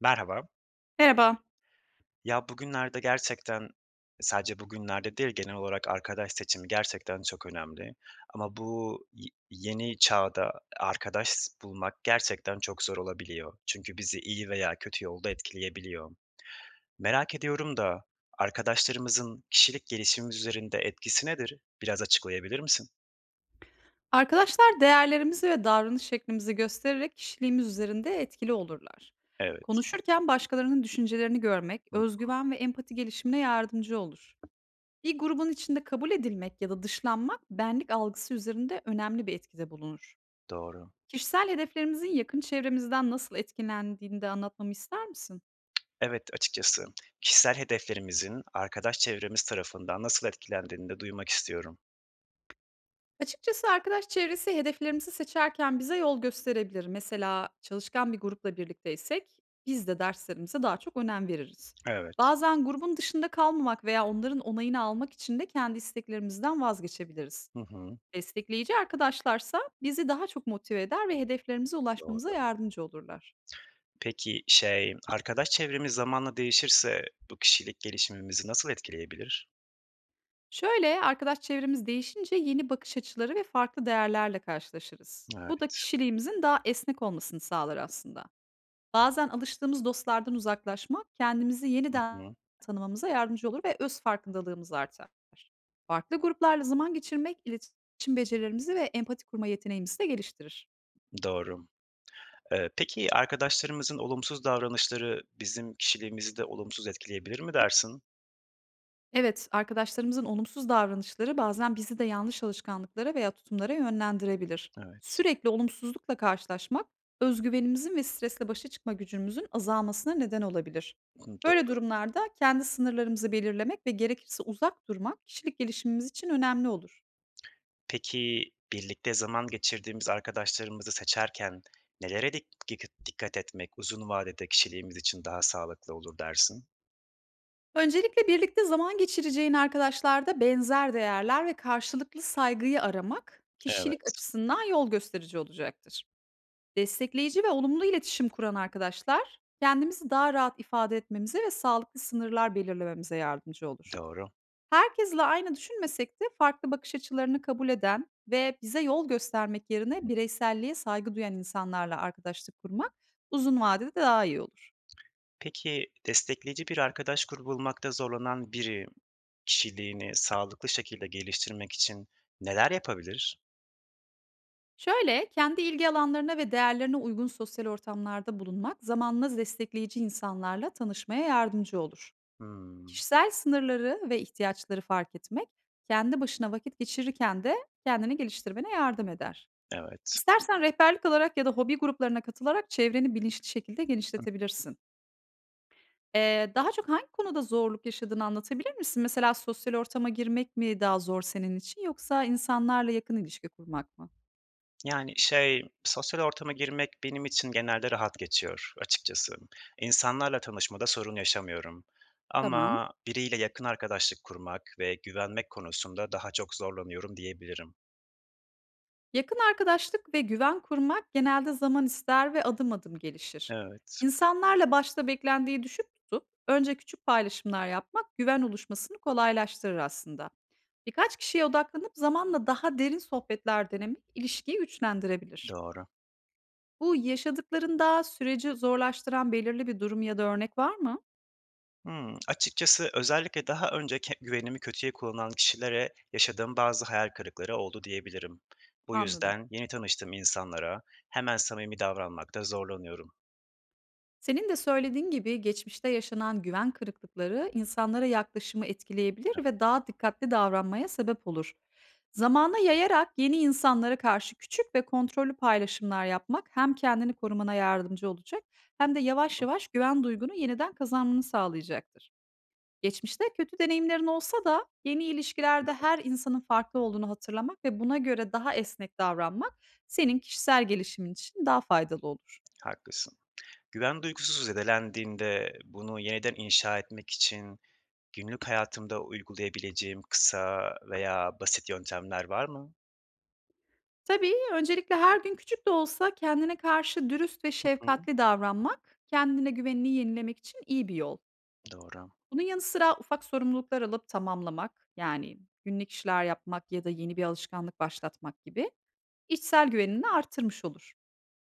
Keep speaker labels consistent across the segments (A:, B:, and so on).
A: Merhaba.
B: Merhaba.
A: Ya bugünlerde gerçekten sadece bugünlerde değil genel olarak arkadaş seçimi gerçekten çok önemli. Ama bu yeni çağda arkadaş bulmak gerçekten çok zor olabiliyor. Çünkü bizi iyi veya kötü yolda etkileyebiliyor. Merak ediyorum da arkadaşlarımızın kişilik gelişimimiz üzerinde etkisi nedir? Biraz açıklayabilir misin?
B: Arkadaşlar değerlerimizi ve davranış şeklimizi göstererek kişiliğimiz üzerinde etkili olurlar.
A: Evet.
B: Konuşurken başkalarının düşüncelerini görmek,
A: Hı,
B: özgüven ve empati gelişimine yardımcı olur. Bir grubun içinde kabul edilmek ya da dışlanmak benlik algısı üzerinde önemli bir etkide bulunur.
A: doğru.
B: Kişisel hedeflerimizin yakın çevremizden nasıl etkilendiğini de anlatmamı ister misin?
A: Evet, açıkçası kişisel hedeflerimizin arkadaş çevremiz tarafından nasıl etkilendiğini de duymak istiyorum.
B: Açıkçası arkadaş çevresi hedeflerimizi seçerken bize yol gösterebilir. Mesela çalışkan bir grupla birlikteysek biz de derslerimize daha çok önem veririz.
A: Evet.
B: Bazen grubun dışında kalmamak veya onların onayını almak için de kendi isteklerimizden vazgeçebiliriz.
A: Hı hı.
B: Destekleyici arkadaşlarsa bizi daha çok motive eder ve hedeflerimize ulaşmamıza
A: Doğru.
B: yardımcı olurlar.
A: Peki, şey, arkadaş çevremiz zamanla değişirse bu kişilik gelişimimizi nasıl etkileyebilir?
B: Şöyle, arkadaş çevremiz değişince yeni bakış açıları ve farklı değerlerle karşılaşırız. Bu da
A: Evet.
B: kişiliğimizin daha esnek olmasını sağlar aslında. Bazen alıştığımız dostlardan uzaklaşmak, kendimizi
A: Hı
B: yeniden
A: hı.
B: tanımamıza yardımcı olur ve öz farkındalığımız artar. Farklı gruplarla zaman geçirmek, iletişim becerilerimizi ve empati kurma yeteneğimizi de geliştirir.
A: Doğru. Peki, arkadaşlarımızın olumsuz davranışları bizim kişiliğimizi de olumsuz etkileyebilir mi dersin?
B: Evet, arkadaşlarımızın olumsuz davranışları bazen bizi de yanlış alışkanlıklara veya tutumlara yönlendirebilir.
A: Evet.
B: Sürekli olumsuzlukla karşılaşmak, özgüvenimizin ve stresle başa çıkma gücümüzün azalmasına neden olabilir.
A: Hı,
B: Böyle
A: doğru.
B: durumlarda kendi sınırlarımızı belirlemek ve gerekirse uzak durmak kişilik gelişimimiz için önemli olur.
A: Peki, birlikte zaman geçirdiğimiz arkadaşlarımızı seçerken nelere dikkat etmek uzun vadede kişiliğimiz için daha sağlıklı olur dersin?
B: Öncelikle birlikte zaman geçireceğin arkadaşlarda benzer değerler ve karşılıklı saygıyı aramak kişilik
A: Evet.
B: açısından yol gösterici olacaktır. Destekleyici ve olumlu iletişim kuran arkadaşlar kendimizi daha rahat ifade etmemize ve sağlıklı sınırlar belirlememize yardımcı olur.
A: Doğru.
B: Herkesle aynı düşünmesek de farklı bakış açılarını kabul eden ve bize yol göstermek yerine bireyselliğe saygı duyan insanlarla arkadaşlık kurmak uzun vadede daha iyi olur.
A: Peki, destekleyici bir arkadaş grubu bulmakta zorlanan biri kişiliğini sağlıklı şekilde geliştirmek için neler yapabilir?
B: Şöyle, kendi ilgi alanlarına ve değerlerine uygun sosyal ortamlarda bulunmak zamanla destekleyici insanlarla tanışmaya yardımcı olur.
A: Hımm,
B: Kişisel sınırları ve ihtiyaçları fark etmek, kendi başına vakit geçirirken de kendini geliştirmene yardım eder.
A: evet.
B: İstersen rehberlik alarak ya da hobi gruplarına katılarak çevreni bilinçli şekilde genişletebilirsin. Daha çok hangi konuda zorluk yaşadığını anlatabilir misin? Mesela sosyal ortama girmek mi daha zor senin için, yoksa insanlarla yakın ilişki kurmak mı?
A: Yani, şey, sosyal ortama girmek benim için genelde rahat geçiyor açıkçası. İnsanlarla tanışmada sorun yaşamıyorum
B: Tamam.
A: ama biriyle yakın arkadaşlık kurmak ve güvenmek konusunda daha çok zorlanıyorum diyebilirim.
B: Yakın arkadaşlık ve güven kurmak genelde zaman ister ve adım adım gelişir.
A: Evet,
B: İnsanlarla başta beklendiği düşük tutup önce küçük paylaşımlar yapmak güven oluşmasını kolaylaştırır aslında. Birkaç kişiye odaklanıp zamanla daha derin sohbetler denemek ilişkiyi güçlendirebilir.
A: doğru.
B: Bu yaşadıklarında süreci zorlaştıran belirli bir durum ya da örnek var mı?
A: Hımm. Açıkçası özellikle daha önce güvenimi kötüye kullanan kişilere yaşadığım bazı hayal kırıkları oldu diyebilirim. Bu
B: Anladım.
A: yüzden yeni tanıştığım insanlara hemen samimi davranmakta zorlanıyorum.
B: Senin de söylediğin gibi geçmişte yaşanan güven kırıklıkları insanlara yaklaşımı etkileyebilir ve daha dikkatli davranmaya sebep olur. Zamana yayarak yeni insanlara karşı küçük ve kontrollü paylaşımlar yapmak hem kendini korumana yardımcı olacak, hem de yavaş
A: Evet,
B: yavaş güven duygunu yeniden kazanmanı sağlayacaktır. Geçmişte kötü deneyimlerin olsa da yeni ilişkilerde her
A: evet,
B: insanın farklı olduğunu hatırlamak ve buna göre daha esnek davranmak senin kişisel gelişimin için daha faydalı olur.
A: haklısın. Güven duygusu zedelendiğinde bunu yeniden inşa etmek için günlük hayatımda uygulayabileceğim kısa veya basit yöntemler var mı?
B: Tabii, öncelikle her gün küçük de olsa kendine karşı dürüst ve
A: Hı.
B: şefkatli davranmak, kendine güvenini yenilemek için iyi bir yol.
A: Doğru.
B: Bunun yanı sıra ufak sorumluluklar alıp tamamlamak, yani günlük işler yapmak ya da yeni bir alışkanlık başlatmak gibi, içsel güvenini artırmış olur.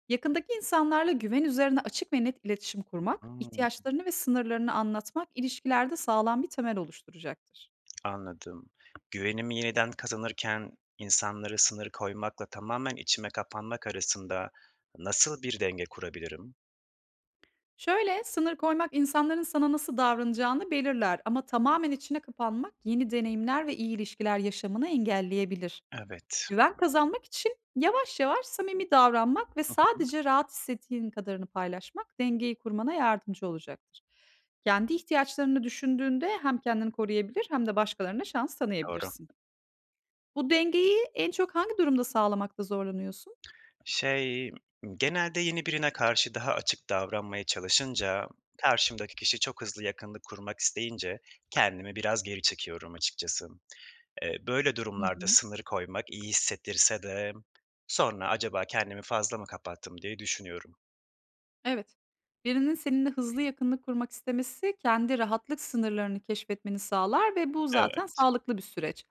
B: Yakındaki insanlarla güven üzerine açık ve net iletişim kurmak,
A: Hıı.
B: ihtiyaçlarını ve sınırlarını anlatmak ilişkilerde sağlam bir temel oluşturacaktır.
A: Anladım. Güvenimi yeniden kazanırken insanlara sınır koymakla tamamen içime kapanmak arasında nasıl bir denge kurabilirim?
B: Şöyle, sınır koymak insanların sana nasıl davranacağını belirler, ama tamamen içine kapanmak yeni deneyimler ve iyi ilişkiler yaşamını engelleyebilir.
A: Evet.
B: Güven kazanmak için yavaş yavaş samimi davranmak ve
A: Hı hı.
B: sadece rahat hissettiğin kadarını paylaşmak dengeyi kurmana yardımcı olacaktır. Kendi ihtiyaçlarını düşündüğünde hem kendini koruyabilir, hem de başkalarına şans
A: Doğru.
B: tanıyabilirsin. Bu dengeyi en çok hangi durumda sağlamakta zorlanıyorsun?
A: Şey, genelde yeni birine karşı daha açık davranmaya çalışınca karşımdaki kişi çok hızlı yakınlık kurmak isteyince kendimi biraz geri çekiyorum açıkçası. Böyle durumlarda sınır koymak iyi hissettirse de sonra acaba kendimi fazla mı kapattım diye düşünüyorum.
B: Evet. Birinin seninle hızlı yakınlık kurmak istemesi kendi rahatlık sınırlarını keşfetmeni sağlar ve bu zaten
A: Evet.
B: sağlıklı bir süreç.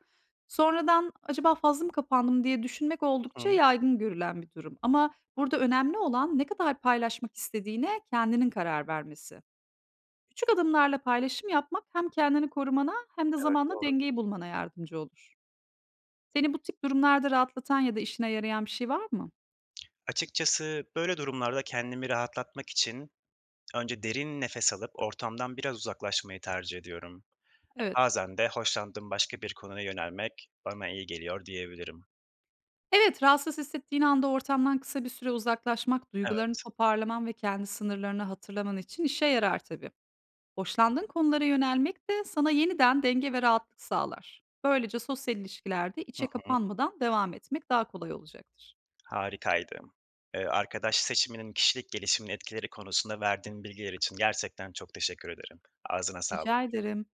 B: Sonradan acaba fazla mı kapandım diye düşünmek
A: Hı hı.
B: oldukça yaygın görülen bir durum. Ama burada önemli olan ne kadar paylaşmak istediğine kendinin karar vermesi. Küçük adımlarla paylaşım yapmak hem kendini korumana, hem de
A: Evet,
B: zamanla
A: doğru.
B: dengeyi bulmana yardımcı olur. Seni bu tip durumlarda rahatlatan ya da işine yarayan bir şey var mı?
A: Açıkçası böyle durumlarda kendimi rahatlatmak için önce derin nefes alıp ortamdan biraz uzaklaşmayı tercih ediyorum. E,
B: Evet.
A: bazen de hoşlandığım başka bir konuya yönelmek bana iyi geliyor diyebilirim.
B: Evet, rahatsız hissettiğin anda ortamdan kısa bir süre uzaklaşmak, duygularını
A: Evet.
B: toparlaman ve kendi sınırlarını hatırlaman için işe yarar tabii. Hoşlandığın konulara yönelmek de sana yeniden denge ve rahatlık sağlar. Böylece sosyal ilişkilerde
A: Hı
B: içe
A: hı.
B: kapanmadan devam etmek daha kolay olacaktır.
A: Harikaydı. Arkadaş seçiminin kişilik gelişimine etkileri konusunda verdiğin bilgiler için gerçekten çok teşekkür ederim. Ağzına sağlık.
B: Rica ederim.